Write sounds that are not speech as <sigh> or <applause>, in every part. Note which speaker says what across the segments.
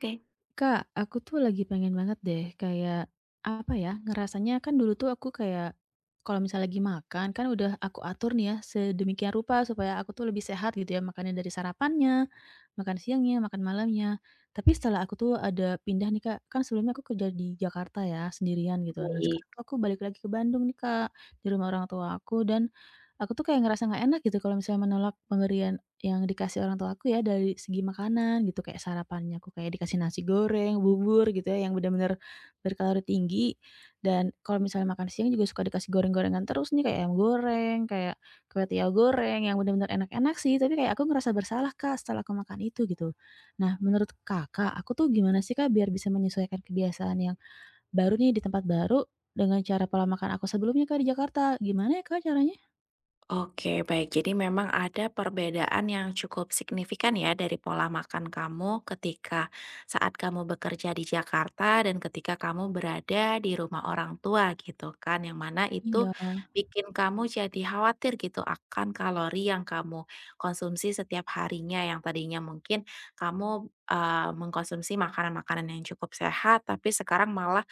Speaker 1: Oke,
Speaker 2: Kak, aku tuh lagi pengen banget deh kayak, apa ya, ngerasanya kan dulu tuh aku kayak, kalau misalnya lagi makan kan udah aku atur nih ya sedemikian rupa supaya aku tuh lebih sehat gitu ya, makannya dari sarapannya, makan siangnya, makan malamnya. Tapi setelah aku tuh ada pindah nih Kak, kan sebelumnya aku kerja di Jakarta ya, sendirian gitu. Nah
Speaker 1: baik.
Speaker 2: sekarang tuh aku balik lagi ke Bandung nih Kak, di rumah orang tua aku dan, aku tuh kayak ngerasa nggak enak gitu kalau misalnya menolak pemberian yang dikasih orang tua aku ya dari segi makanan gitu, kayak sarapannya aku kayak dikasih nasi goreng, bubur gitu ya yang benar-benar berkalori tinggi, dan kalau misalnya makan siang juga suka dikasih goreng-gorengan terus nih, kayak ayam goreng, kayak kue tiaw goreng, yang benar-benar enak-enak sih, tapi kayak aku ngerasa bersalah, Kak, setelah aku makan itu gitu. Nah, menurut Kakak, aku tuh gimana sih, Kak, biar bisa menyesuaikan kebiasaan yang baru nih di tempat baru dengan cara pola makan aku sebelumnya, Kak, di Jakarta? Gimana ya, Kak, caranya?
Speaker 1: Oke, baik. Jadi memang ada perbedaan yang cukup signifikan ya dari pola makan kamu ketika saat kamu bekerja di Jakarta dan ketika kamu berada di rumah orang tua gitu kan. Yang mana itu
Speaker 2: Iya,
Speaker 1: bikin kamu jadi khawatir gitu akan kalori yang kamu konsumsi setiap harinya yang tadinya mungkin kamu mengkonsumsi makanan-makanan yang cukup sehat tapi sekarang malah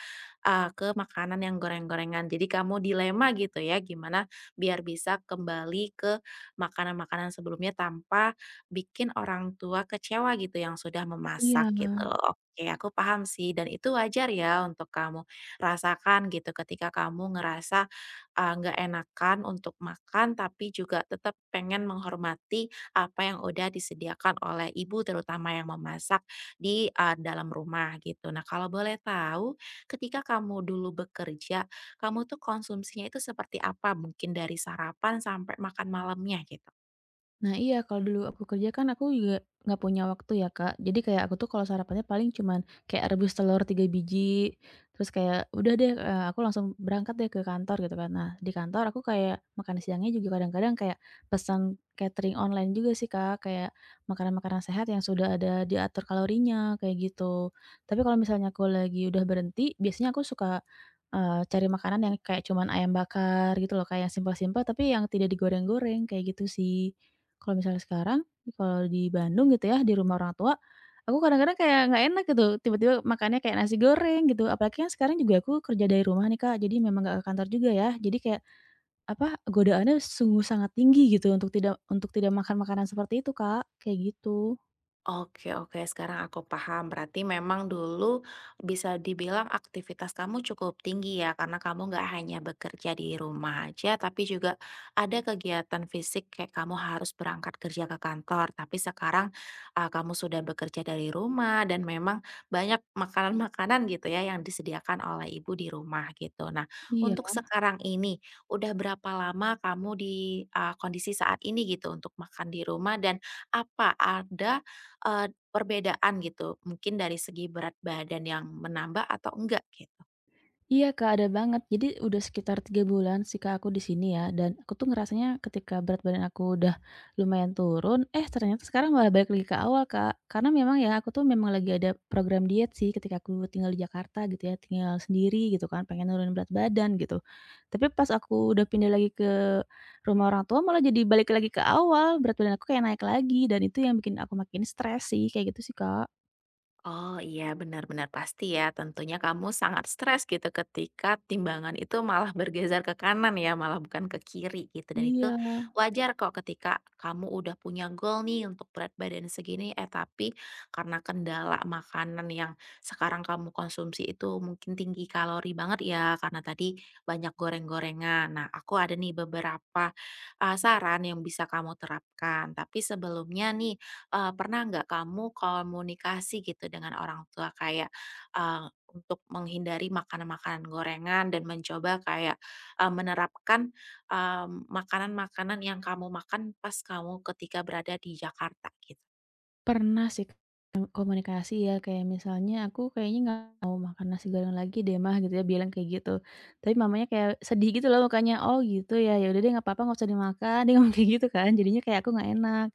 Speaker 1: ke makanan yang goreng-gorengan. Jadi kamu dilema gitu ya, gimana biar bisa kembali ke makanan-makanan sebelumnya tanpa bikin orang tua kecewa gitu yang sudah
Speaker 2: iya.
Speaker 1: memasak gitu. Oke, aku paham sih dan itu wajar ya untuk kamu rasakan gitu ketika kamu ngerasa, nggak enakan untuk makan tapi juga tetap pengen menghormati apa yang udah disediakan oleh ibu terutama yang memasak di, dalam rumah gitu. Nah, kalau boleh tahu ketika kamu dulu bekerja, kamu tuh konsumsinya itu seperti apa mungkin dari sarapan sampai makan malamnya gitu?
Speaker 2: Nah iya, kalau dulu aku kerja kan aku juga nggak punya waktu ya, Kak. Jadi kayak aku tuh kalau sarapannya paling cuman kayak rebus telur 3 biji, terus kayak udah deh, aku langsung berangkat deh ke kantor gitu kan. Nah, di kantor aku kayak makan siangnya juga kadang-kadang kayak pesan catering online juga sih, Kak, kayak makanan-makanan sehat yang sudah ada diatur kalorinya, kayak gitu. Tapi kalau misalnya aku lagi udah berhenti, biasanya aku suka, cari makanan yang kayak cuman ayam bakar gitu loh, kayak yang simpel-simpel tapi yang tidak digoreng-goreng, kayak gitu sih. Kalau misalnya sekarang, kalau di Bandung gitu ya, di rumah orang tua, aku kadang-kadang kayak nggak enak gitu, tiba-tiba makannya kayak nasi goreng gitu, apalagi kan sekarang juga aku kerja dari rumah nih, Kak, jadi memang nggak ke kantor juga ya. Jadi kayak, apa, godaannya sungguh sangat tinggi gitu untuk tidak makan makanan seperti itu, Kak, kayak gitu.
Speaker 1: Oke oke, sekarang aku paham. Berarti memang dulu bisa dibilang aktivitas kamu cukup tinggi ya, karena kamu nggak hanya bekerja di rumah aja, tapi juga ada kegiatan fisik kayak kamu harus berangkat kerja ke kantor. Tapi sekarang kamu sudah bekerja dari rumah dan memang banyak makanan-makanan gitu ya yang disediakan oleh ibu di rumah gitu. Nah,
Speaker 2: Iya.
Speaker 1: untuk sekarang ini udah berapa lama kamu di kondisi saat ini gitu untuk makan di rumah dan apa ada eee, perbedaan gitu, mungkin dari segi berat badan yang menambah atau enggak, git
Speaker 2: Iya, Kak, ada banget. Jadi udah sekitar 3 bulan sih, Kak, aku di sini ya, dan aku tuh ngerasanya ketika berat badan aku udah lumayan turun, eh ternyata sekarang malah balik lagi ke awal, Kak. Karena memang ya aku tuh memang lagi ada program diet sih ketika aku tinggal di Jakarta gitu ya, tinggal sendiri gitu kan, pengen nurunin berat badan gitu. Tapi pas aku udah pindah lagi ke rumah orang tua malah jadi balik lagi ke awal, berat badan aku kayak naik lagi dan itu yang bikin aku makin stres sih, kayak gitu sih, Kak.
Speaker 1: Oh iya benar-benar pasti ya tentunya kamu sangat stres gitu ketika timbangan itu malah bergeser ke kanan ya malah bukan ke kiri gitu dan itu
Speaker 2: Iya.
Speaker 1: wajar kok ketika kamu udah punya goal nih untuk berat badan segini eh tapi karena kendala makanan yang sekarang kamu konsumsi itu mungkin tinggi kalori banget ya karena tadi banyak goreng-gorengan. Nah aku ada nih beberapa saran yang bisa kamu terapkan tapi sebelumnya nih pernah nggak kamu komunikasi gitu dengan orang tua kayak, untuk menghindari makanan-makanan gorengan dan mencoba kayak, menerapkan, makanan-makanan yang kamu makan pas kamu ketika berada di Jakarta gitu.
Speaker 2: Pernah sih Kak, komunikasi ya, kayak misalnya, "Aku kayaknya nggak mau makan nasi goreng lagi deh Mah," gitu ya, bilang kayak gitu. Tapi mamanya kayak sedih gitu loh mukanya, "Oh gitu ya, ya udah deh nggak apa-apa, nggak usah dimakan," <laughs> dia ngomong kayak gitu kan, jadinya kayak aku nggak enak.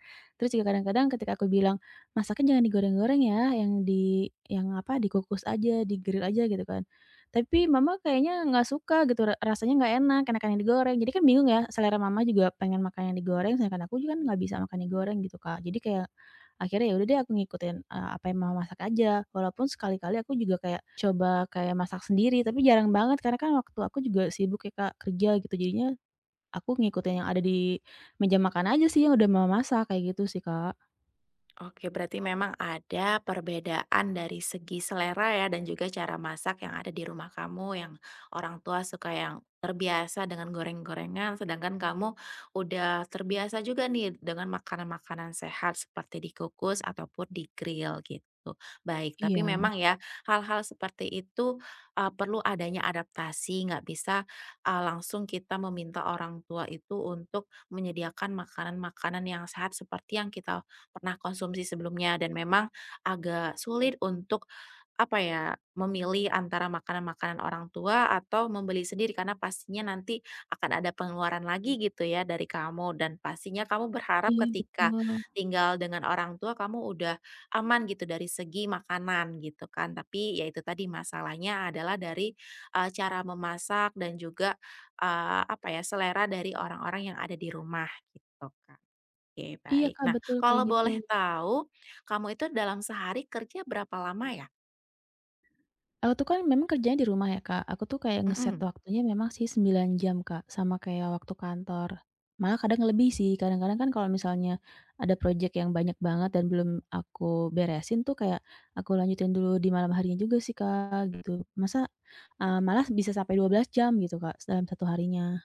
Speaker 2: Terus juga kadang-kadang ketika aku bilang, "Masaknya jangan digoreng-goreng ya, yang di yang apa, dikukus aja, di aja," gitu kan. Tapi mama kayaknya nggak suka gitu, rasanya nggak enak, enakan yang digoreng. Jadi kan bingung ya, selera mama juga pengen makan yang digoreng, sedangkan aku juga kan nggak bisa makan yang goreng gitu, Kak. Jadi kayak akhirnya ya udah deh aku ngikutin, apa yang mama masak aja, walaupun sekali-kali aku juga kayak coba kayak masak sendiri, tapi jarang banget karena kan waktu aku juga sibuk ya Kak, kerja gitu, jadinya aku ngikutin yang ada di meja makan aja sih yang udah mama masak, kayak gitu sih Kak.
Speaker 1: Oke, berarti memang ada perbedaan dari segi selera ya, dan juga cara masak yang ada di rumah kamu, yang orang tua suka yang terbiasa dengan goreng-gorengan, sedangkan kamu udah terbiasa juga nih dengan makanan-makanan sehat seperti dikukus ataupun di-grill gitu. Baik, tapi
Speaker 2: Iya,
Speaker 1: memang ya hal-hal seperti itu perlu adanya adaptasi, nggak bisa langsung kita meminta orang tua itu untuk menyediakan makanan-makanan yang sehat seperti yang kita pernah konsumsi sebelumnya dan memang agak sulit untuk apa ya, memilih antara makanan-makanan orang tua atau membeli sendiri karena pastinya nanti akan ada pengeluaran lagi gitu ya dari kamu dan pastinya kamu berharap
Speaker 2: iya,
Speaker 1: ketika
Speaker 2: betul.
Speaker 1: tinggal dengan orang tua kamu udah aman gitu dari segi makanan gitu kan. Tapi ya itu tadi masalahnya adalah dari, cara memasak dan juga, apa ya, selera dari orang-orang yang ada di rumah gitu, Kak. Oke,
Speaker 2: Iya
Speaker 1: baik.
Speaker 2: Kak,
Speaker 1: Nah,
Speaker 2: betul kayak
Speaker 1: kalau
Speaker 2: gitu.
Speaker 1: boleh tahu, kamu itu dalam sehari kerja berapa lama ya?
Speaker 2: Aku tuh kan memang kerjanya di rumah ya, Kak. Aku tuh kayak ngeset
Speaker 1: Mhm.
Speaker 2: waktunya memang sih 9 jam, Kak, sama kayak waktu kantor. Malah kadang lebih sih, kadang-kadang kan kalau misalnya ada project yang banyak banget dan belum aku beresin tuh kayak aku lanjutin dulu di malam harinya juga sih, Kak, gitu. Masa, malah bisa sampai 12 jam gitu, Kak, dalam satu harinya.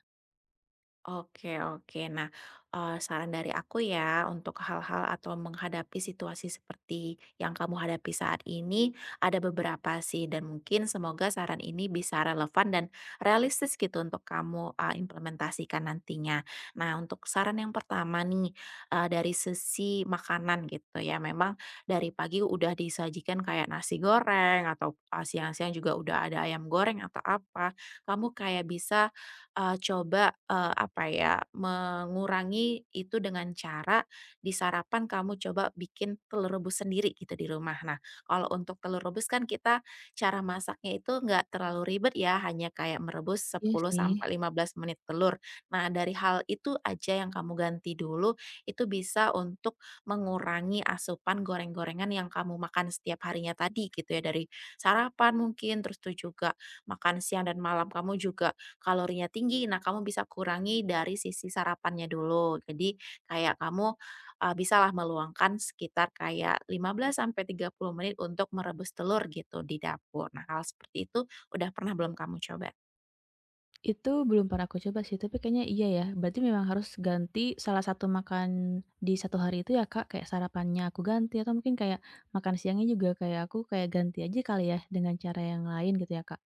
Speaker 1: Oke oke. Nah, saran dari aku ya untuk hal-hal atau menghadapi situasi seperti yang kamu hadapi saat ini, ada beberapa sih dan mungkin semoga saran ini bisa relevan dan realistis gitu untuk kamu, implementasikan nantinya. Nah, untuk saran yang pertama nih, dari sisi makanan gitu ya, memang dari pagi udah disajikan kayak nasi goreng atau, siang-siang juga udah ada ayam goreng atau apa, kamu kayak bisa, coba, apa ya, mengurangi itu dengan cara di sarapan kamu coba bikin telur rebus sendiri gitu di rumah. Nah, kalau untuk telur rebus kan kita cara masaknya itu nggak terlalu ribet ya, hanya kayak merebus
Speaker 2: Iya
Speaker 1: 10
Speaker 2: sih.
Speaker 1: sampai 15 menit telur. Nah, dari hal itu aja yang kamu ganti dulu, itu bisa untuk mengurangi asupan goreng-gorengan yang kamu makan setiap harinya tadi gitu ya, dari sarapan mungkin, terus tuh juga makan siang dan malam kamu juga kalorinya tinggi. Nah, kamu bisa kurangi dari sisi sarapannya dulu. Jadi kayak kamu, bisalah meluangkan sekitar kayak 15 sampai 30 menit untuk merebus telur gitu di dapur. Nah, hal seperti itu udah pernah belum kamu coba?
Speaker 2: Itu belum pernah aku coba sih, tapi kayaknya iya ya. Berarti memang harus ganti salah satu makan di satu hari itu ya, Kak, kayak sarapannya aku ganti atau mungkin kayak makan siangnya juga kayak aku kayak ganti aja kali ya dengan cara yang lain gitu ya, Kak?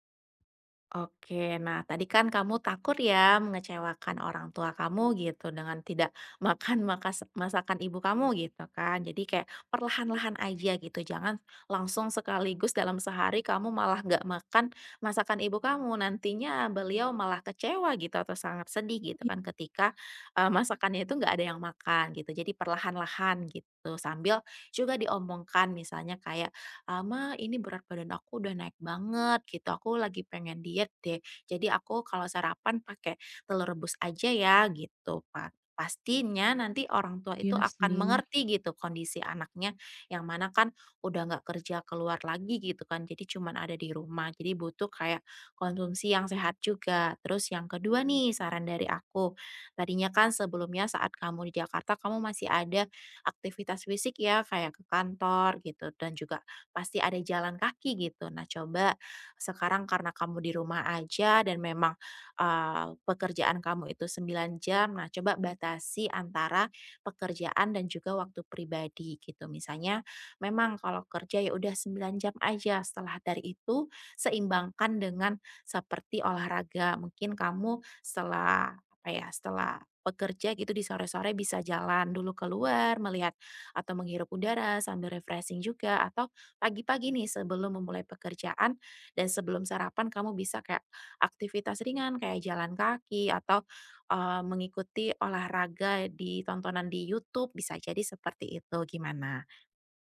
Speaker 1: Oke, nah tadi kan kamu takut ya mengecewakan orang tua kamu gitu dengan tidak <laughs> makan masakan ibu kamu gitu kan. Jadi kayak perlahan-lahan aja gitu. Jangan langsung sekaligus dalam sehari kamu malah nggak makan masakan ibu kamu. Nantinya beliau malah kecewa gitu atau sangat sedih gitu
Speaker 2: Iya,
Speaker 1: kan ketika masakannya itu nggak ada yang makan gitu. Jadi perlahan-lahan gitu sambil juga diomongkan misalnya kayak "Ama, ini berat badan aku udah naik banget gitu, aku lagi pengen diet deh. Jadi aku kalau sarapan pakai telur rebus aja ya," gitu, pastinya nanti orang tua itu
Speaker 2: iya
Speaker 1: akan
Speaker 2: sih.
Speaker 1: mengerti gitu kondisi anaknya, yang mana kan udah nggak kerja keluar lagi gitu kan, jadi cuman ada di rumah. Jadi butuh kayak konsumsi yang sehat juga. Terus yang kedua nih saran dari aku, tadinya kan sebelumnya saat kamu di Jakarta kamu masih ada aktivitas fisik ya kayak ke kantor gitu dan juga pasti ada jalan kaki gitu. Nah, coba sekarang karena kamu di rumah aja dan memang, pekerjaan kamu itu 9 jam, nah coba batasi antara pekerjaan dan juga waktu pribadi gitu. Misalnya memang kalau kerja ya udah 9 jam aja, setelah dari itu seimbangkan dengan seperti olahraga. Mungkin kamu setelah apa ya, setelah bekerja gitu di sore-sore bisa jalan dulu keluar, melihat atau menghirup udara sambil refreshing juga atau pagi-pagi nih sebelum memulai pekerjaan dan sebelum sarapan kamu bisa kayak aktivitas ringan kayak jalan kaki atau mengikuti olahraga di tontonan di YouTube bisa jadi seperti itu, gimana?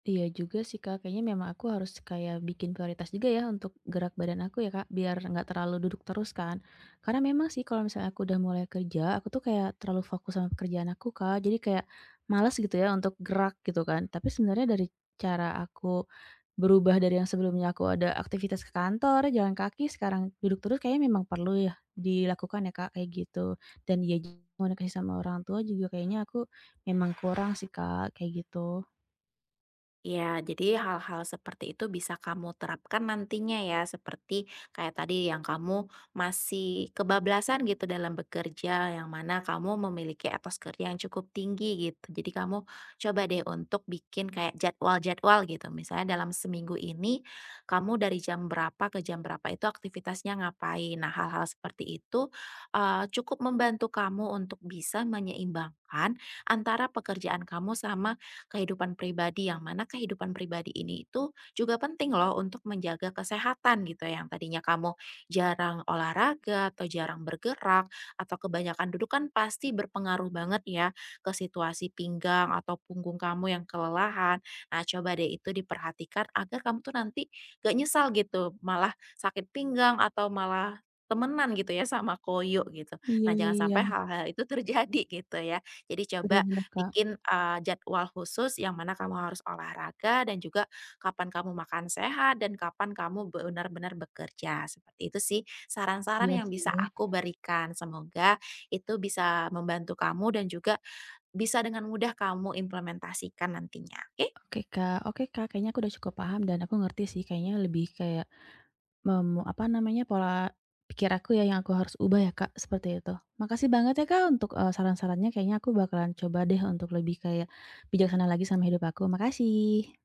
Speaker 2: Iya juga sih, Kak, kayaknya memang aku harus kayak bikin prioritas juga ya untuk gerak badan aku ya, Kak, biar nggak terlalu duduk terus kan. Karena memang sih kalau misalnya aku udah mulai kerja, aku tuh kayak terlalu fokus sama pekerjaan aku, Kak, jadi kayak males gitu ya untuk gerak gitu kan. Tapi sebenarnya dari cara aku berubah dari yang sebelumnya aku ada aktivitas ke kantor, jalan kaki, sekarang duduk terus kayaknya memang perlu ya dilakukan ya, Kak, kayak gitu. Dan ya komunikasi sama orang tua juga kayaknya aku memang kurang sih, Kak, kayak gitu.
Speaker 1: Ya, jadi hal-hal seperti itu bisa kamu terapkan nantinya ya, seperti kayak tadi yang kamu masih kebablasan gitu dalam bekerja, yang mana kamu memiliki etos kerja yang cukup tinggi gitu. Jadi kamu coba deh untuk bikin kayak jadwal-jadwal gitu. Misalnya dalam seminggu ini kamu dari jam berapa ke jam berapa itu aktivitasnya ngapain. Nah, hal-hal seperti itu cukup membantu kamu untuk bisa menyeimbangkan antara pekerjaan kamu sama kehidupan pribadi, yang mana kehidupan pribadi ini itu juga penting loh untuk menjaga kesehatan gitu ya. Yang tadinya kamu jarang olahraga atau jarang bergerak atau kebanyakan duduk kan pasti berpengaruh banget ya ke situasi pinggang atau punggung kamu yang kelelahan. Nah, coba deh itu diperhatikan agar kamu tuh nanti gak nyesal gitu, malah sakit pinggang atau malah temenan gitu ya sama koyo gitu.
Speaker 2: Iya,
Speaker 1: Nah, jangan
Speaker 2: iya.
Speaker 1: sampai hal-hal itu terjadi <laughs> gitu ya. Jadi
Speaker 2: Bener,
Speaker 1: coba
Speaker 2: bener, Kak.
Speaker 1: bikin, jadwal khusus yang mana kamu harus olahraga dan juga kapan kamu makan sehat dan kapan kamu benar-benar bekerja, seperti itu sih saran-saran
Speaker 2: Iya
Speaker 1: yang bisa
Speaker 2: sih.
Speaker 1: aku berikan. Semoga itu bisa membantu kamu dan juga bisa dengan mudah kamu implementasikan nantinya, oke?
Speaker 2: Oke, Kak. Oke, Kak, kayaknya aku udah cukup paham dan aku ngerti sih kayaknya lebih kayak apa namanya, pola pikir aku ya yang aku harus ubah ya, Kak, seperti itu. Makasih banget ya, Kak, untuk, saran-sarannya kayaknya aku bakalan coba deh untuk lebih kayak bijaksana lagi sama hidup aku. Makasih.